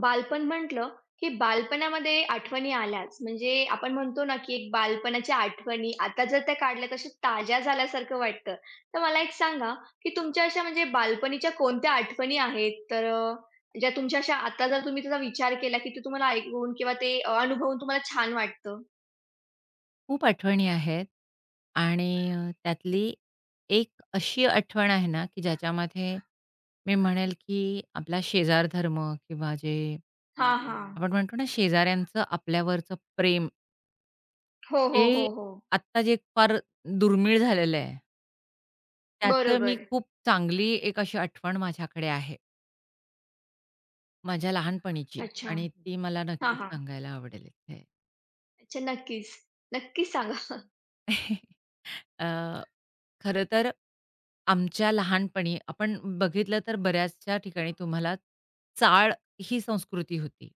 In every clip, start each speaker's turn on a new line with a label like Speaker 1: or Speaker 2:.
Speaker 1: बालपण म्हटलं, की बालपणामध्ये आठवणी आल्याच. म्हणजे आपण म्हणतो ना, की एक बालपणाच्या आठवणी आता जर त्या काढल्या तर ताज्या झाल्यासारखं वाटतं. तर मला एक सांगा, की तुमच्या अशा म्हणजे बालपणीच्या कोणत्या आठवणी आहेत? ज्या तुमच्या अशा आता जर तुम्ही त्याचा विचार केला, की ते तुम्हाला ऐकून किंवा अनुभवून तुम्हाला छान वाटतं?
Speaker 2: खूप आठवणी आहेत आणि त्यातली एक अशी आठवण आहे ना, की ज्याच्यामध्ये मी म्हणेल, की आपला शेजार धर्म किंवा जे
Speaker 1: हां, हां.
Speaker 2: आपण म्हणतो ना, शेजाऱ्यांचं आपल्यावरचं प्रेम,
Speaker 1: हो,
Speaker 2: हे
Speaker 1: हो, हो, हो.
Speaker 2: आत्ता जे फार दुर्मिळ झालेलं आहे. त्याचं मी
Speaker 1: बरोबर.
Speaker 2: खूप चांगली एक अशी आठवण माझ्याकडे आहे, माझ्या लहानपणीची
Speaker 1: अच्छा.
Speaker 2: आणि ती मला
Speaker 1: हां,
Speaker 2: नक्कीच
Speaker 1: हां.
Speaker 2: सांगायला आवडेल इथे.
Speaker 1: अच्छा नक्कीच. नक्कीच सांगा.
Speaker 2: अ खरं तर आमच्या लहानपणी आपण बघितलं तर बऱ्याचशा ठिकाणी तुम्हाला चाळ ही संस्कृती होती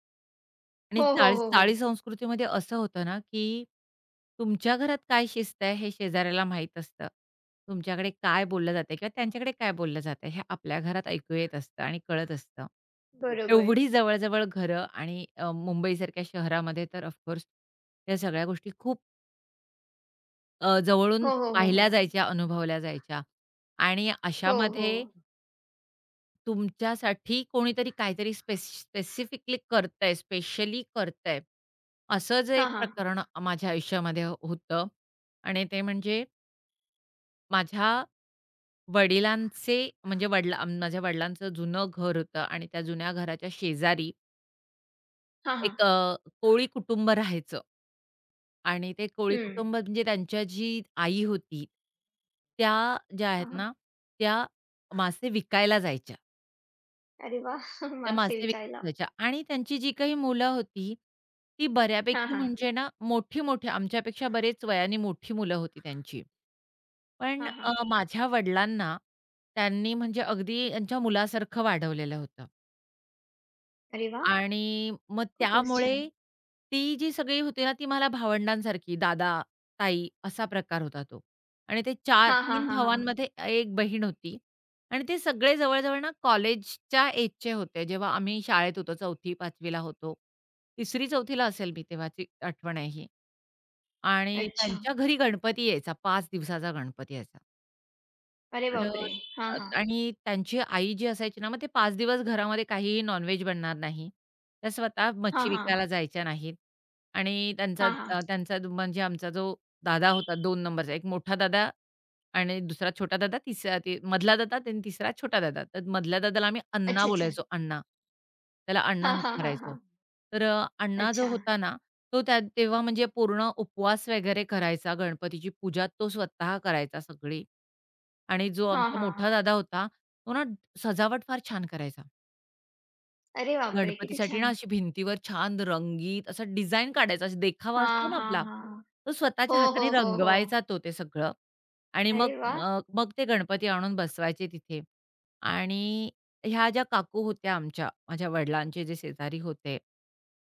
Speaker 2: आणि
Speaker 1: हो, हो,
Speaker 2: चाळ
Speaker 1: हो, हो.
Speaker 2: चाळी संस्कृतीमध्ये असं होतं ना, की तुमच्या घरात काय शिस्त आहे हे शेजाऱ्याला माहीत असतं. तुमच्याकडे काय बोललं जातंय किंवा त्यांच्याकडे काय बोललं जातंय हे आपल्या घरात ऐकू येत असतं आणि कळत असतं.
Speaker 1: बरोबर.
Speaker 2: एवढी जवळ घरं आणि मुंबईसारख्या शहरामध्ये तर ऑफकोर्स या सगळ्या गोष्टी खूप
Speaker 1: हो,
Speaker 2: जवळून
Speaker 1: हो, हो, हो.
Speaker 2: पाहिल्या जायच्या, अनुभवल्या जायच्या आणि
Speaker 1: हो, हो.
Speaker 2: अशामध्ये तुमच्यासाठी कोणीतरी काहीतरी स्पेसिफिकली करतंय, स्पेशली करतंय. असं जे एक
Speaker 1: हां, हां.
Speaker 2: प्रकरण माझ्या आयुष्यामध्ये हो, होतं आणि ते म्हणजे माझ्या वडिलांचे म्हणजे माझ्या वडिलांचं जुनं घर होतं आणि त्या जुन्या घराच्या शेजारी
Speaker 1: हां, हां.
Speaker 2: एक कोळी कुटुंब राहायचं. आणि ते कोळी
Speaker 1: हं.
Speaker 2: कुटुंब म्हणजे त्यांच्या जी आई होती, त्या ज्या आहेत
Speaker 1: हां, हां.
Speaker 2: ना, त्या मासे विकायला जायच्या.
Speaker 1: अरे वाह!
Speaker 2: त्या
Speaker 1: मासे
Speaker 2: मासे
Speaker 1: विकायला.
Speaker 2: विकायला जायच्या आणि त्यांची जी काही मुलं होती, ती
Speaker 1: हां,
Speaker 2: बऱ्यापैकी
Speaker 1: हां.
Speaker 2: म्हणजे ना, मोठी-मोठी आमच्यापेक्षा बरेच वयाने मोठी मुलं होती त्यांची. पण
Speaker 1: हां, हां.
Speaker 2: माझ्या वडिलांना त्यांनी म्हणजे अगदी त्यांच्या मुलासारखं वाढवलेलं होतं.
Speaker 1: अरे वाह!
Speaker 2: आणि मग
Speaker 1: खूपच
Speaker 2: त्यामुळे
Speaker 1: छान.
Speaker 2: ती जी सगळी होती ना, ती मला भावंडांसारखी दादा, ताई असा प्रकार होता तो. आणि ते 4
Speaker 1: हां, हां,
Speaker 2: 3
Speaker 1: हां, हां.
Speaker 2: भावांमध्ये एक बहीण होती आणि ते सगळे जवळ-जवळ ना कॉलेजच्या एजचे होते. जेव्हा आम्ही शाळेत होतो 4थी-5वी ला होतो. 3री-4थी असेल मी तेव्हाची आठवण आहे ही. आणि
Speaker 1: अच्छा.
Speaker 2: त्यांच्या घरी गणपती यायचा, 5 दिवसाचा गणपती यायचा.
Speaker 1: अरे
Speaker 2: तर
Speaker 1: बापरे! हां, हां.
Speaker 2: आणि त्यांची आई जी असायची ना, मग ते 5 दिवस घरामध्ये काहीही नॉन-व्हेज बनणार नाही. त्या स्वतः
Speaker 1: हां,
Speaker 2: मच्छी
Speaker 1: हां.
Speaker 2: विकायला जायच्या नाहीत आणि त्यांचा
Speaker 1: हां, हां.
Speaker 2: अ, त्यांचा दु- म्हणजे आमचा जो दादा होता 2 नंबरचा, एक मोठा दादा आणि दुसरा छोटा दादा, तिसरा ते मधला दादा आणि तिसरा छोटा दादा. तर मधल्या दादाला आम्ही अण्णा
Speaker 1: अच्छा, अच्छा.
Speaker 2: बोलायचो, अण्णा. त्याला अण्णा
Speaker 1: हां,
Speaker 2: हाक
Speaker 1: हां, हां,
Speaker 2: मारायचो.
Speaker 1: हां.
Speaker 2: तर अण्णा जो
Speaker 1: अच्छा.
Speaker 2: होता ना, तो त्या तेव्हा म्हणजे पूर्ण उपवास वगैरे करायचा, गणपतीची पूजा तो स्वतः करायचा सगळी. आणि जो
Speaker 1: हां,
Speaker 2: आमचा
Speaker 1: हां,
Speaker 2: मोठा
Speaker 1: हां.
Speaker 2: दादा होता, तो ना सजावट फार छान करायचा.
Speaker 1: अरे बापरे! किती
Speaker 2: गणपतीसाठी ना
Speaker 1: छान.
Speaker 2: अशी भिंतीवर छान रंगीत असा डिझाइन काढायचा, असा देखावा असतो
Speaker 1: हां,
Speaker 2: ना
Speaker 1: हां,
Speaker 2: आपला,
Speaker 1: हां,
Speaker 2: तो
Speaker 1: हो,
Speaker 2: स्वतःच्या
Speaker 1: हो,
Speaker 2: हाताने
Speaker 1: हो, हो.
Speaker 2: रंगवायचा तो ते सगळं आणि मग
Speaker 1: अरे वाह!
Speaker 2: मग ते गणपती आणून बसवायचे तिथे. आणि ह्या ज्या काकू होत्या आमच्या, माझ्या वडिलांचे जे शेजारी होते,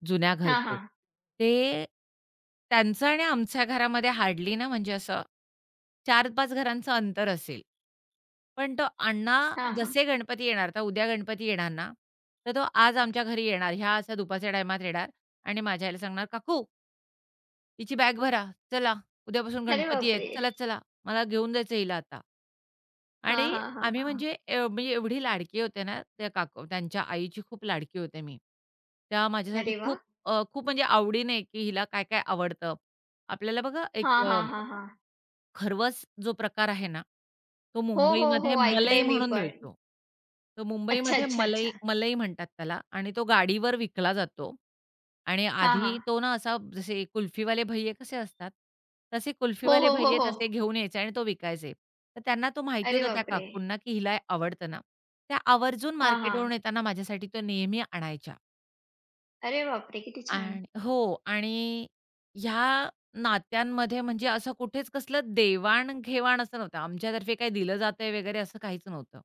Speaker 2: जुन्या
Speaker 1: हां,
Speaker 2: घरचे,
Speaker 1: हां.
Speaker 2: ते त्यांचं आणि आमच्या घरामध्ये हार्डली ना म्हणजे असं 4-5 घरांचं अंतर असेल. पण तो अण्णा,
Speaker 1: हां, हां.
Speaker 2: जसे गणपती येणार, तर उद्या गणपती येणार ना, तर तो आज आमच्या घरी येणार. ह्या असा दुपारच्या टायमात येणार आणि माझ्या आईला सांगणार, "काकू, हिची बॅग भरा. चला, उद्यापासून
Speaker 1: अरे
Speaker 2: गणपती आहेत.
Speaker 1: बापरे!
Speaker 2: चला, चला. मला घेऊन जायचं हिला आता."
Speaker 1: हां,
Speaker 2: आणि
Speaker 1: हां, हां,
Speaker 2: आम्ही
Speaker 1: हां.
Speaker 2: म्हणजे म्हणजे एवढी लाडकी होते ना, त्या काकू त्यांच्या आईची खूप लाडकी होते मी. त्या माझ्यासाठी
Speaker 1: अरे वाह!
Speaker 2: खूप खूप म्हणजे आवडीने, की हिला काय-काय आवडतं. आपल्याला बघा एक
Speaker 1: हां, हां, हां, हां.
Speaker 2: खरवस जो प्रकार आहे ना, तो
Speaker 1: हो, हो,
Speaker 2: मुंबईमध्ये
Speaker 1: हो.
Speaker 2: मलई
Speaker 1: ऐकलंय मी
Speaker 2: म्हणून
Speaker 1: पण.
Speaker 2: मिळतो. तो
Speaker 1: अच्छा,
Speaker 2: मुंबईमध्ये
Speaker 1: अच्छा,
Speaker 2: मलई
Speaker 1: अच्छा.
Speaker 2: मलई म्हणतात त्याला आणि तो गाडीवर विकला जातो आणि
Speaker 1: हां,
Speaker 2: आधी
Speaker 1: हां.
Speaker 2: तो ना असा जसे कुल्फीवाले भैय्ये कसे असतात, तसे
Speaker 1: हो,
Speaker 2: कुल्फीवाले
Speaker 1: हो, हो,
Speaker 2: भैय्ये
Speaker 1: हो.
Speaker 2: तसे घेऊन यायचे आणि तो विकायचे. तर त्यांना तो माहिती
Speaker 1: अरे
Speaker 2: होता त्या
Speaker 1: बापरे!
Speaker 2: काकूंना, की हिला आवडतं ना. त्या आवर्जून
Speaker 1: हां, हां.
Speaker 2: मार्केटवरून येताना माझ्यासाठी तो नेहमी आणायच्या.
Speaker 1: अरे बापरे! किती छान.
Speaker 2: आणि हो. आणि ह्या नात्यांमध्ये म्हणजे असं कुठेच कसलं देवाण-घेवाण असं नव्हतं. आमच्यातर्फे काही दिलं जातंय वगैरे असं काहीच नव्हतं.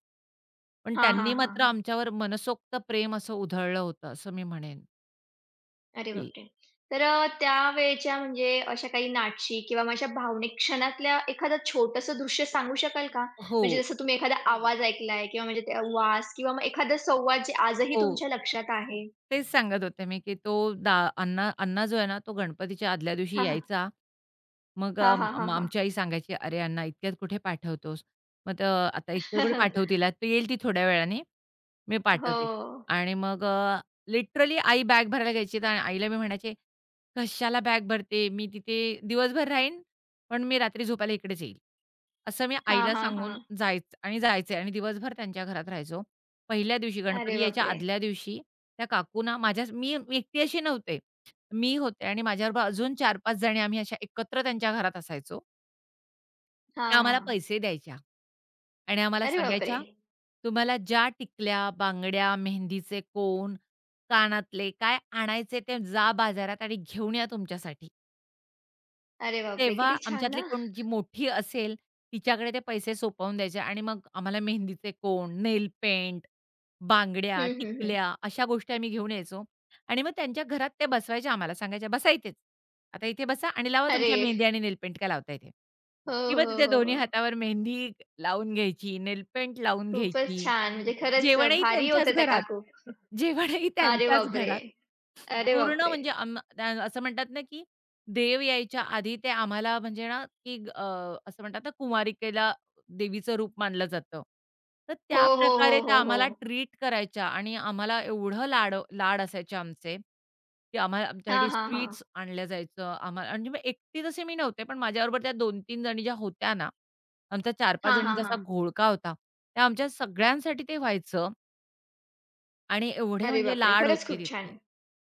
Speaker 2: पण
Speaker 1: हां, हां,
Speaker 2: त्यांनी
Speaker 1: हां,
Speaker 2: मात्र
Speaker 1: हां.
Speaker 2: आमच्यावर मनसोक्त प्रेम असं उधळलं होतं, असं मी म्हणेन.
Speaker 1: अरे
Speaker 2: की
Speaker 1: बापरे! त्यावेळच्या म्हणजे अशा काही नाटशी किंवा मग अशा भावनिक क्षणातल्या एखादं छोटंसं दृश्य सांगू शकाल का?
Speaker 2: हो,
Speaker 1: म्हणजे जसं तुम्ही एखादा आवाज ऐकलाय किंवा म्हणजे त्या वास किंवा मग एखादा संवाद जे आजही
Speaker 2: हो.
Speaker 1: तुमच्या लक्षात आहे?
Speaker 2: तेच सांगत होते मी, की तो दा अण्णा अण्णा जो आहे ना, तो गणपतीच्या आदल्या दिवशी
Speaker 1: हां, हां.
Speaker 2: यायचा. मग
Speaker 1: हां,
Speaker 2: अ,
Speaker 1: हां, हां,
Speaker 2: म
Speaker 1: हां.
Speaker 2: आमची आई सांगायची, "अरे अण्णा, इतक्यात कुठे पाठवतोस? मग तर आता इतक्यात कुठे पाठवतील? आता येईल ती थोड्या वेळाने." मी
Speaker 1: हो.
Speaker 2: पाठवते. आणि मग लिटरली आई बॅग भरायला घ्यायची, तर आईला मी म्हणायचे, "कशाला बॅग भरते? मी तिथे दिवसभर राहीन, पण मी रात्री झोपायला इकडेच येईल." असं मी
Speaker 1: हां,
Speaker 2: आईला
Speaker 1: हां,
Speaker 2: सांगून
Speaker 1: हां.
Speaker 2: जायचं आणि जायचे आणि दिवसभर त्यांच्या घरात राहायचो. पहिल्या दिवशी
Speaker 1: अरे
Speaker 2: गणपती यायच्या
Speaker 1: बापरे!
Speaker 2: आदल्या दिवशी त्या काकूंना माझ्या मी मी एकटी अशी नव्हते. मी होते आणि माझ्याबरोबर अजून 4-5 जणी आम्ही अशा एकत्र त्यांच्या घरात असायचो. त्या आम्हाला
Speaker 1: हां.
Speaker 2: पैसे द्यायच्या आणि आम्हाला
Speaker 1: अरे बापरे!
Speaker 2: सांगायच्या, "तुम्हाला ज्या टिकल्या, बांगड्या, मेहंदीचे कोन, कानातले काय आणायचे ते जा बाजारात आणि घेऊन या तुमच्यासाठी."
Speaker 1: अरे बापरे!
Speaker 2: तेव्हा
Speaker 1: किती छान
Speaker 2: आमच्यातली
Speaker 1: ना.
Speaker 2: कोण जी मोठी असेल, तिच्याकडे ते पैसे सोपवून द्यायचे आणि मग आम्हाला मेहंदीचे कोण, नेल पेंट, बांगड्या,
Speaker 1: हं, हं, हं.
Speaker 2: टिकल्या अशा गोष्टी आम्ही घेऊन यायचो आणि मग त्यांच्या घरात ते बसवायचे आम्हाला. सांगायच्या, "बसा इथेच. आता इथे बसा आणि लावा
Speaker 1: अरे!
Speaker 2: तुमच्या मेहंदी आणि नेल पेंट काय लावताय ते."
Speaker 1: हो,
Speaker 2: किंवा
Speaker 1: हो,
Speaker 2: तिथे
Speaker 1: हो,
Speaker 2: दोन्ही
Speaker 1: हो.
Speaker 2: हातावर मेहंदी लावून घ्यायची, नेल पेंट लावून
Speaker 1: खूपच
Speaker 2: घ्यायची.
Speaker 1: छान. म्हणजे खरंच
Speaker 2: जेवणही
Speaker 1: भारी
Speaker 2: त्यांच्याच
Speaker 1: होत्या त्या
Speaker 2: घरात.
Speaker 1: काकू.
Speaker 2: जेवणही
Speaker 1: अरे
Speaker 2: त्यांच्याच
Speaker 1: बापरे!
Speaker 2: घरात.
Speaker 1: अरे
Speaker 2: पूर्ण
Speaker 1: बापरे!
Speaker 2: म्हणजे त्या असं म्हणतात ना, की देव यायच्या आधी ते आम्हाला म्हणजे ना, की असं म्हणतात ना, कुमारिकेला देवीचं रूप मानलं जातं. तर
Speaker 1: हो,
Speaker 2: त्या
Speaker 1: हो,
Speaker 2: प्रकारे
Speaker 1: हो,
Speaker 2: त्या
Speaker 1: हो, हो.
Speaker 2: आम्हाला ट्रीट करायच्या आणि आम्हाला एवढं लाड लाड असायचे आमचे, की आम्हाला
Speaker 1: हां,
Speaker 2: आमच्यासाठी
Speaker 1: हां, हां.
Speaker 2: स्वीट्स आणलं जायचं. आम्हाला म्हणजे मी एकटी तसे मी नव्हते, पण माझ्याबरोबर त्या 2-3 जणी ज्या होत्या ना, आमचा 4-5
Speaker 1: हां, हां,
Speaker 2: जणींचा असा
Speaker 1: हां.
Speaker 2: घोळका होता. त्या आमच्या सगळ्यांसाठी ते व्हायचं आणि एवढे
Speaker 1: अरे
Speaker 2: म्हणजे
Speaker 1: बापरे!
Speaker 2: लाड
Speaker 1: खरंच
Speaker 2: होते
Speaker 1: खूप
Speaker 2: तिथे.
Speaker 1: छान.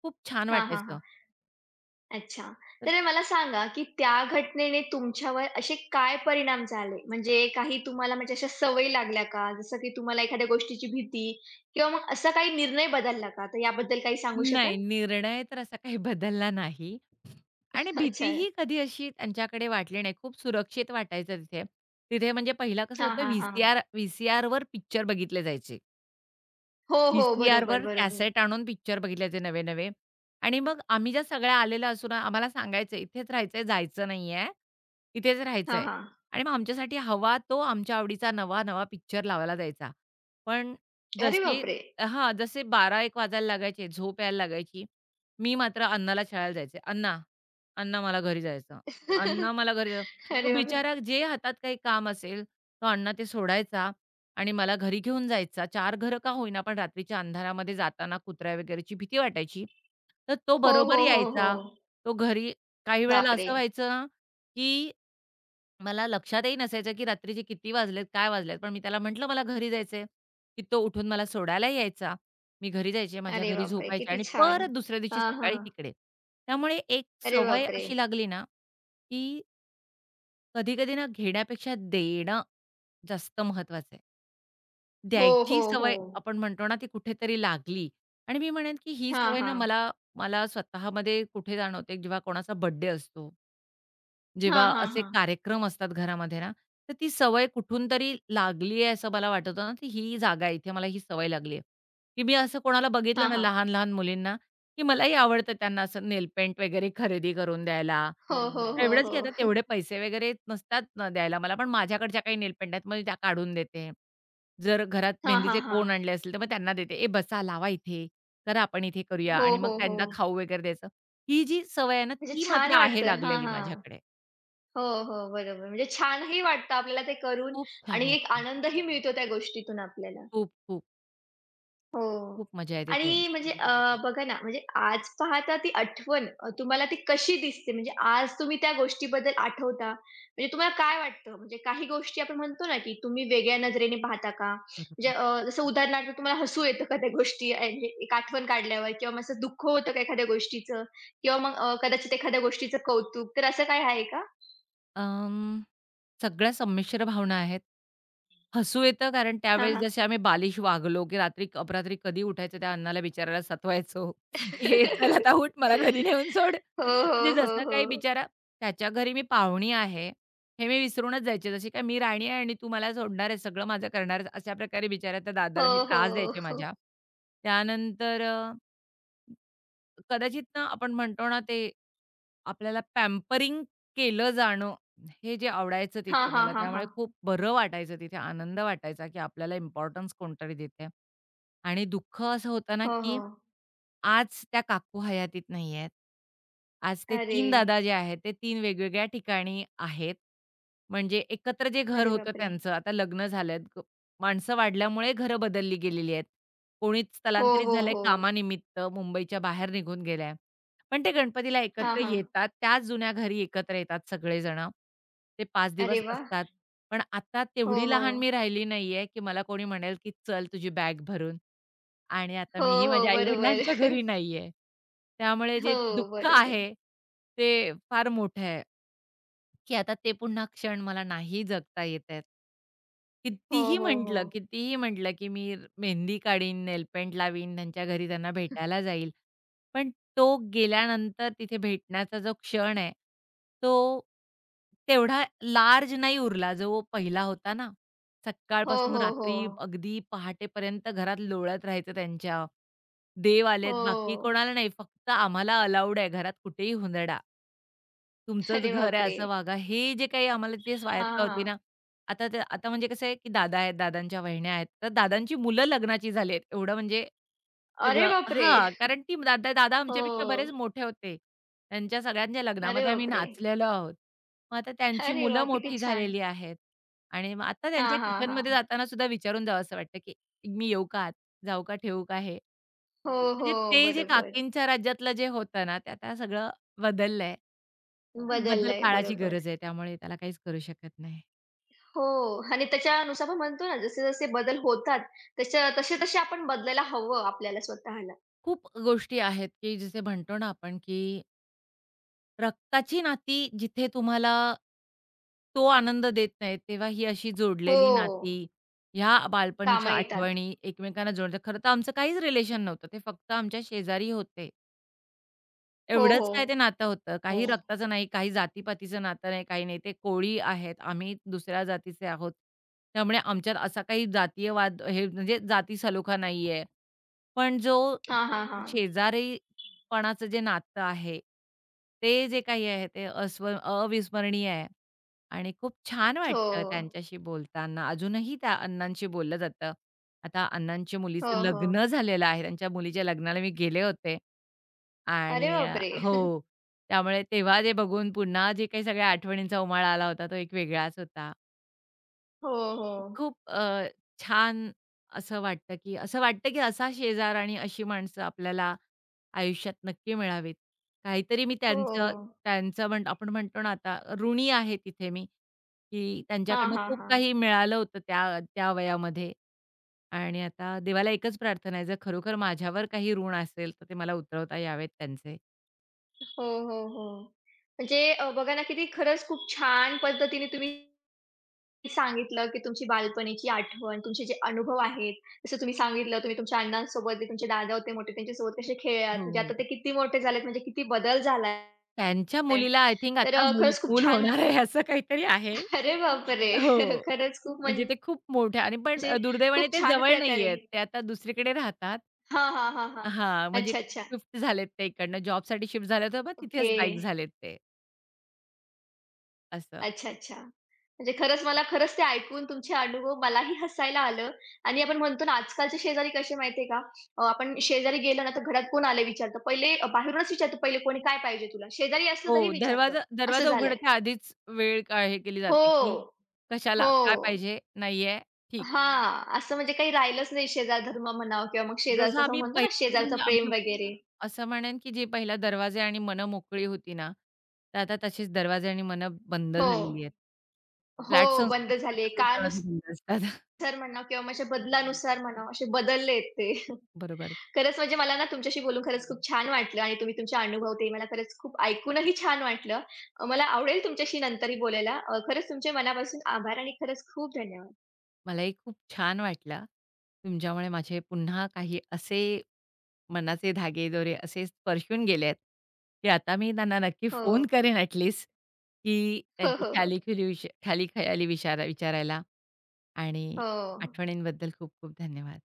Speaker 2: खूप छान
Speaker 1: हां, हां,
Speaker 2: वाटायचं.
Speaker 1: हां. अच्छा. तर मला सांगा, की त्या घटनेने तुमच्यावर असे काय परिणाम झाले? म्हणजे काही तुम्हाला म्हणजे अशा सवयी लागल्या का? जसं की तुम्हाला एखाद्या गोष्टीची भीती किंवा मग असा काही निर्णय बदलला का? तर याबद्दल काही सांगू शकाल?
Speaker 2: नाही, निर्णय तर असा काही बदलला नाही आणि
Speaker 1: अच्छा.
Speaker 2: भीतीही कधी अशी त्यांच्याकडे वाटली नाही. खूप सुरक्षित वाटायचं तिथे. तिथे म्हणजे पहिला कसं
Speaker 1: हां,
Speaker 2: होतं,
Speaker 1: हां, हां.
Speaker 2: व्ही-सी-आरवर पिक्चर बघितले जायचे.
Speaker 1: हो, हो. बरोबर,
Speaker 2: व्ही-सी-आरवर
Speaker 1: बरोबर.
Speaker 2: कॅसेट आणून पिक्चर बघितल्याचे नवे-नवे आणि मग आम्ही ज्या सगळ्या आलेल्या असू ना, आम्हाला सांगायचं, "इथेच राहायचंय, जायचं नाहीये. इथेच
Speaker 1: हां,
Speaker 2: राहायचंय."
Speaker 1: हां.
Speaker 2: आणि मग आमच्यासाठी हवा तो आमच्या आवडीचा नवा-नवा पिक्चर लावायला जायचा. पण
Speaker 1: अरे
Speaker 2: जशी
Speaker 1: बापरे!
Speaker 2: हां, जसे 12-1 वाजायला लागायचे, झोप यायला लागायची, मी मात्र अण्णाला छळायला जायचे, "अण्णा, अण्णा मला घरी जायचं. अण्णा मला घरी जायचं." तो
Speaker 1: अरे बापरे!
Speaker 2: बिचारा जे हातात काही काम असेल, तो अण्णा ते सोडायचा आणि मला घरी घेऊन जायचा. चार घरं का होईना, पण रात्रीच्या अंधारामध्ये जाताना कुत्र्या वगैरेची भीती वाटायची. तर तो
Speaker 1: हो, हो,
Speaker 2: बरोबर
Speaker 1: हो, हो.
Speaker 2: यायचा. तो घरी काही वेळेला
Speaker 1: बापरे!
Speaker 2: असं व्हायचं ना, की मला लक्षातही नसायचं, की रात्रीचे किती वाजलेत, काय वाजलेत. पण मी त्याला म्हटलं, "मला घरी जायचंय," की तो उठून मला सोडायला यायचा. मी घरी जायचे, माझ्या
Speaker 1: अरे
Speaker 2: घरी
Speaker 1: बापरे!
Speaker 2: झोपायचे
Speaker 1: किती
Speaker 2: आणि
Speaker 1: छान.
Speaker 2: परत दुसऱ्या दिवशी
Speaker 1: हां, हां.
Speaker 2: सकाळी तिकडे. त्यामुळे एक
Speaker 1: अरे
Speaker 2: सवय
Speaker 1: बापरे!
Speaker 2: अशी लागली ना, की कधी-कधी ना घेण्यापेक्षा देणं जास्त महत्वाचं आहे.
Speaker 1: हो, हो,
Speaker 2: द्यायची
Speaker 1: हो.
Speaker 2: सवय आपण म्हणतो ना, ती कुठेतरी लागली आणि मी म्हणेन, की ही
Speaker 1: हां,
Speaker 2: सवय ना
Speaker 1: हां.
Speaker 2: मला मला स्वतःमध्ये कुठे जाणवते, जेव्हा कोणाचा बर्थडे असतो, जेव्हा
Speaker 1: हां, हां,
Speaker 2: असे
Speaker 1: हां.
Speaker 2: कार्यक्रम असतात घरामध्ये ना, तर ती सवय कुठून तरी लागली आहे, असं मला वाटत होतं ना, की ही जागा आहे, इथे मला ही सवय लागली आहे, की मी असं कोणाला बघितलं
Speaker 1: हां,
Speaker 2: ना
Speaker 1: हां.
Speaker 2: लहान-लहान मुलींना, की मलाही आवडतं त्यांना असं नेलपेंट वगैरे खरेदी करून द्यायला.
Speaker 1: हो, हो, हो,
Speaker 2: एवढंच, की आता
Speaker 1: हो.
Speaker 2: तेवढे पैसे वगैरे नसतात ना द्यायला मला, पण माझ्याकडच्या काही नेलपेंट आहेत, मग मी त्या काढून देते. जर घरात
Speaker 1: हां, हां,
Speaker 2: मेहंदीचे कोण
Speaker 1: हां.
Speaker 2: आणले असतील, तर मग त्यांना देते. "ए बसा, लावा इथे, करा आपण इथे करूया"
Speaker 1: हो,
Speaker 2: आणि मग
Speaker 1: हो, हो.
Speaker 2: त्यांना खाऊ वगैरे द्यायचं. ही जी सवय आहे ना,
Speaker 1: म्हणजे
Speaker 2: ती
Speaker 1: छान
Speaker 2: मात्र आहे
Speaker 1: वाटतं. हां,
Speaker 2: लागलेली
Speaker 1: हां.
Speaker 2: माझ्याकडे.
Speaker 1: हो, हो. बरोबर. म्हणजे छानही वाटतं आपल्याला ते करून
Speaker 2: खूप छान
Speaker 1: आणि एक
Speaker 2: वाटतं.
Speaker 1: आनंदही मिळतो त्या गोष्टीतून आपल्याला.
Speaker 2: खूप, खूप,
Speaker 1: हो.
Speaker 2: खूप मजा येते
Speaker 1: आणि
Speaker 2: त्यांची.
Speaker 1: म्हणजे अ, बघा ना, म्हणजे आज पाहता ती आठवण तुम्हाला ती कशी दिसते? म्हणजे आज तुम्ही त्या गोष्टीबद्दल आठवता, म्हणजे तुम्हाला काय वाटतं? म्हणजे काही गोष्टी आपण म्हणतो ना, की तुम्ही वेगळ्या नजरेने पाहता का? म्हणजे
Speaker 2: बरोबर.
Speaker 1: अ, जसं उदाहरणार्थ तुम्हाला हसू येतं का त्या गोष्टी म्हणजे एक आठवण काढल्यावर किंवा मग असं दुःख होतं का एखाद्या गोष्टीचं किंवा मग कदाचित एखाद्या गोष्टीचं कौतुक, तर असं काय आहे का?
Speaker 2: अं, सगळ्या संमिश्र भावना आहेत. हसू येतं कारण
Speaker 1: हां,
Speaker 2: त्यावेळेस
Speaker 1: हां.
Speaker 2: जसे आम्ही बालिश वागलो, की रात्री अपरात्री कधी उठायचं त्या अण्णाला बिचाऱ्याला सतवायचो, की "ए चल आता उठ मला घरी नेऊन सोड."
Speaker 1: हो,
Speaker 2: म्हणजे
Speaker 1: हो, हो,
Speaker 2: जसं काही
Speaker 1: हो.
Speaker 2: बिचारा त्याच्या घरी मी पाहुणी आहे, हे मी विसरूनच जायचे. जशी काय मी राणी आहे आणि तू मला सोडणार आहेस, सगळं माझं करणार आहेस, अशा प्रकारे बिचाऱ्या त्या दादाला
Speaker 1: हो,
Speaker 2: मी
Speaker 1: हो,
Speaker 2: त्रास द्यायचे
Speaker 1: हो.
Speaker 2: माझ्या. त्यानंतर कदाचित ना आपण म्हणतो ना ते आपल्याला पॅम्परिंग केलं जाणं हे जे आवडायचं
Speaker 1: हां,
Speaker 2: तिथे
Speaker 1: हां,
Speaker 2: मला,
Speaker 1: हां, हां.
Speaker 2: त्यामुळे खूप बरं वाटायचं तिथे, आनंद वाटायचा, की आपल्याला इम्पोर्टन्स कोणतरी देतंय. आणि दुःख असं होतं ना,
Speaker 1: हो, हो.
Speaker 2: की आज त्या काकू हयातीत नाहीयेत. आज ते
Speaker 1: अरे!
Speaker 2: तीन दादा जे आहेत, ते तीन वेगवेगळ्या ठिकाणी आहेत. म्हणजे एकत्र जे घर
Speaker 1: अरे
Speaker 2: होतं
Speaker 1: बापरे!
Speaker 2: त्यांचं, आता लग्न झालेत, माणसं वाढल्यामुळे घरं बदलली गेलेली आहेत. कोणी
Speaker 1: हो,
Speaker 2: स्थलांतरित
Speaker 1: हो, मग
Speaker 2: झालंय
Speaker 1: हो.
Speaker 2: कामानिमित्त, मुंबईच्या बाहेर निघून गेलाय. पण ते गणपतीला
Speaker 1: हां,
Speaker 2: एकत्र
Speaker 1: हां.
Speaker 2: येतात. त्याच जुन्या घरी एकत्र येतात सगळेजणं. ते 5
Speaker 1: अरे
Speaker 2: दिवस
Speaker 1: वाह!
Speaker 2: असतात. पण आता
Speaker 1: हो,
Speaker 2: तेवढी
Speaker 1: हो.
Speaker 2: लहान मी राहिली नाहीये, की मला कोणी म्हणेल, की "चल तुझी बॅग भरून." आणि आता
Speaker 1: हो,
Speaker 2: मीही
Speaker 1: हो.
Speaker 2: माझ्या आई-वडिलांच्या
Speaker 1: बरोबर.
Speaker 2: घरी नाहीये. त्यामुळे
Speaker 1: हो,
Speaker 2: जे दुःख
Speaker 1: बरोबर.
Speaker 2: आहे, ते फार मोठं आहे. की आता ते पुन्हा क्षण मला नाही जगता येतायत.
Speaker 1: हो,
Speaker 2: कितीही
Speaker 1: हो, हो.
Speaker 2: म्हटलं, कितीही म्हटलं, की मी मेहंदी काढीन, नेलपेंट लावीन, त्यांच्या घरी त्यांना भेटायला जाईल. पण तो गेल्यानंतर तिथे भेटण्याचा जो क्षण आहे, तो तेवढा लार्ज नाही उरला जो पहिला होता ना.
Speaker 1: हो,
Speaker 2: सकाळपासून
Speaker 1: हो, हो.
Speaker 2: रात्री अगदी पहाटेपर्यंत घरात लोळत राहायचं त्यांच्या. देव आलेत,
Speaker 1: हो.
Speaker 2: बाकी कोणाला नाही. फक्त आम्हाला अलाउड आहे घरात कुठेही हुंदडा. तुमचंच
Speaker 1: अरे
Speaker 2: घर आहे
Speaker 1: बापरे!
Speaker 2: असं वागा. हे जे काही आम्हाला तिथे
Speaker 1: हां,
Speaker 2: स्वायत्ता होती
Speaker 1: हां.
Speaker 2: ना, आता ते आता म्हणजे कसं आहे, की दादा आहेत, दादांच्या वहिन्या आहेत. तर दादांची मुलं लग्नाची झाली आहेत. एवढं म्हणजे
Speaker 1: अरे
Speaker 2: सगळं
Speaker 1: बापरे!
Speaker 2: हां, कारण ती दादा दादा
Speaker 1: हो.
Speaker 2: आमच्यापेक्षा बरेच मोठे होते. त्यांच्या सगळ्यांच्या
Speaker 1: अरे
Speaker 2: लग्नामध्ये आम्ही
Speaker 1: बापरे!
Speaker 2: नाचलेलो आहोत. मग आता त्यांची
Speaker 1: अरे वाह!
Speaker 2: मुलं
Speaker 1: किती
Speaker 2: मोठी
Speaker 1: छान.
Speaker 2: झालेली आहेत आणि मग आता
Speaker 1: हां,
Speaker 2: त्यांच्या
Speaker 1: हां,
Speaker 2: किचनमध्ये
Speaker 1: हां.
Speaker 2: जाताना सुद्धा विचारून जावंसं वाटतं, की "मी येऊ का आत? जाऊ का? ठेवू का हे?"
Speaker 1: हो, हो.
Speaker 2: म्हणजे ते जे
Speaker 1: बरोबर.
Speaker 2: काकींच्या राज्यातलं जे होतं ना, ते आता सगळं बदललंय. पण बदल
Speaker 1: बदललंय.
Speaker 2: काळाची
Speaker 1: बरोबर.
Speaker 2: गरज आहे, त्यामुळे त्याला काहीच करू शकत नाही.
Speaker 1: हो आणि त्याच्यानुसार आपण म्हणतो ना, जसे-जसे बदल होतात, तशा तसे-तसे आपण बदलायला हवं आपल्याला स्वतःला.
Speaker 2: खूप गोष्टी आहेत, की जसे म्हणतो ना आपण, की रक्ताची नाती जिथे तुम्हाला तो आनंद देत नाहीत, तेव्हा ही अशी जोडलेली नाती,
Speaker 1: हो.
Speaker 2: ह्या
Speaker 1: कामं
Speaker 2: बालपणीच्या
Speaker 1: येतात.
Speaker 2: आठवणी एकमेकांना जोडतात. खरं तर आमचं काहीच रिलेशन नव्हतं. ते फक्त आमच्या शेजारी होते.
Speaker 1: हो, हो,
Speaker 2: एवढंच काय ते नातं होतं.
Speaker 1: हो.
Speaker 2: काही रक्ताचं नाही, काही जातीपातीचं नातं नाही, काही नाही. ते कोळी आहेत, आम्ही दुसऱ्या जातीचे आहोत. त्यामुळे आमच्यात असा काही जातीय वाद हे म्हणजे जाती सलोखा नाहीये. पण जो
Speaker 1: हां, हां, हां.
Speaker 2: शेजारीपणाचं जे नातं आहे, ते जे काही आहे ते अविस्मरणीय आहे आणि खूप छान
Speaker 1: हो.
Speaker 2: वाटतं त्यांच्याशी बोलताना. अजूनही त्या अण्णांशी बोललं जातं. आता अण्णांच्या
Speaker 1: हो,
Speaker 2: मुलीचं
Speaker 1: हो.
Speaker 2: लग्न झालेलं आहे. त्यांच्या मुलीच्या लग्नाला मी गेले होते.
Speaker 1: अरे
Speaker 2: आणि
Speaker 1: बापरे!
Speaker 2: हो. त्यामुळे तेव्हा ते बघून पुन्हा जे काही सगळ्या आठवणींचा उमाळा आला होता, तो एक वेगळाच होता.
Speaker 1: हो, हो.
Speaker 2: खूप छान असं वाटतं, की असं वाटतं, की असा शेजार आणि अशी माणसं आपल्याला आयुष्यात नक्की मिळावीत. काहीतरी मी त्यांचं
Speaker 1: हो.
Speaker 2: त्यांचं म्हण आपण म्हणतो ना आता ऋणी आहे तिथे मी, की
Speaker 1: हां,
Speaker 2: त्यांच्याकडनं
Speaker 1: हां,
Speaker 2: खूप
Speaker 1: हां.
Speaker 2: काही मिळालं होतं त्या त्या वयामध्ये आणि आता देवाला एकच प्रार्थना आहे, जर खरोखर माझ्यावर काही ऋण असेल, तर ते मला उतरवता यावेत त्यांचे.
Speaker 1: हो, हो, हो. म्हणजे बघा ना, किती खरंच खूप छान पद्धतीने तुम्ही सांगितलं, की तुमची बालपणीची आठवण, तुमचे जे अनुभव आहेत, जसं तुम्ही सांगितलं, तुम्ही तुमच्या अण्णांसोबत, जे तुमचे दादा होते मोठे, त्यांच्यासोबत कसे खेळलात,
Speaker 2: हो.
Speaker 1: म्हणजे आता ते किती मोठे झालेत, म्हणजे किती बदल झाला
Speaker 2: त्यांच्या मुलीला आय थिंक
Speaker 1: तर
Speaker 2: आता
Speaker 1: अ,
Speaker 2: मूल
Speaker 1: खरंच खूप
Speaker 2: मूल
Speaker 1: छान
Speaker 2: होणार आहे असं काहीतरी आहे.
Speaker 1: अरे बापरे!
Speaker 2: हो,
Speaker 1: खरंच खूप
Speaker 2: म्हणजे
Speaker 1: म्हणजे
Speaker 2: ते खूप मोठ्या आणि पण दुर्दैवाने
Speaker 1: खूप
Speaker 2: ते
Speaker 1: छान
Speaker 2: जवळ
Speaker 1: प्रकारे
Speaker 2: नाहीयेत. ते आता दुसरीकडे राहतात.
Speaker 1: हां, हां, हां, हां.
Speaker 2: हां, म्हणजे
Speaker 1: अच्छा, अच्छा.
Speaker 2: शिफ्ट झालेत ते इकडनं जॉबसाठी शिफ्ट झाले होते, पण तिथेच
Speaker 1: ओके.
Speaker 2: स्थायिक
Speaker 1: हं.
Speaker 2: झालेत ते असं.
Speaker 1: अच्छा, अच्छा. म्हणजे खरंच मला खरंच ते ऐकून तुमचे अनुभव मलाही हसायला आलं आणि आपण म्हणतो ना आजकालचे शेजारी कसे माहिती आहे का? आपण शेजारी गेलो ना, तर घरात कोण आलंय विचारतं. पहिले बाहेरूनच विचारतो पहिले कोणी काय पाहिजे तुला? शेजारी असलं
Speaker 2: हो,
Speaker 1: तरी विचारतं.
Speaker 2: दरवाजा
Speaker 1: असं
Speaker 2: दरवाजा
Speaker 1: झालंय.
Speaker 2: उघडच्या आधीच वेळ का हे केली जाते, की
Speaker 1: हो,
Speaker 2: कशाला?
Speaker 1: हो.
Speaker 2: काय पाहिजे? नाहीये, ठीक.
Speaker 1: हां. असं म्हणजे काही राहिलंच नाही शेजार धर्म म्हणावं किंवा मग
Speaker 2: जसं
Speaker 1: शेजारचं असं
Speaker 2: आम्ही
Speaker 1: म्हणतो ना शेजारचं
Speaker 2: पहिले
Speaker 1: प्रेम वगैरे.
Speaker 2: असं म्हणेन, की जी पहिला दरवाजे आणि मनं मोकळी होती ना, तर आता तशीच दरवाजे आणि मनं बंद
Speaker 1: हो.
Speaker 2: झालेली आहेत.
Speaker 1: हो.
Speaker 2: फ्लॅट
Speaker 1: बंद
Speaker 2: संस्कृतीचे
Speaker 1: झाले.
Speaker 2: सगळे दरवाजे
Speaker 1: काळानुसार
Speaker 2: बंद असतात.
Speaker 1: तर म्हणा किंवा मग अशा बदलानुसार म्हणा, असे बदललेत ते.
Speaker 2: बरोबर.
Speaker 1: खरंच म्हणजे मला ना तुमच्याशी बोलून खरंच खूप छान वाटलं आणि तुम्ही तुमचे अनुभव ते मला खरंच खूप ऐकूनही छान वाटलं. मला आवडेल तुमच्याशी नंतरही बोलायला. खरंच तुमचे मनापासून आभार आणि खरंच खूप धन्यवाद.
Speaker 2: मलाही खूप छान वाटलं. तुमच्यामुळे माझे पुन्हा काही असे मनाचे धागेदोरे असे स्पर्शून गेले, की आता मी त्यांना नक्की
Speaker 1: हो.
Speaker 2: फोन करेन ॲट लीस्ट, की
Speaker 1: हो,
Speaker 2: त्यांची
Speaker 1: हो, हो.
Speaker 2: ख्यालीखुली विश खाली खयाली विचारायला आणि
Speaker 1: हो.
Speaker 2: आठवणींबद्दल खूप खूप धन्यवाद.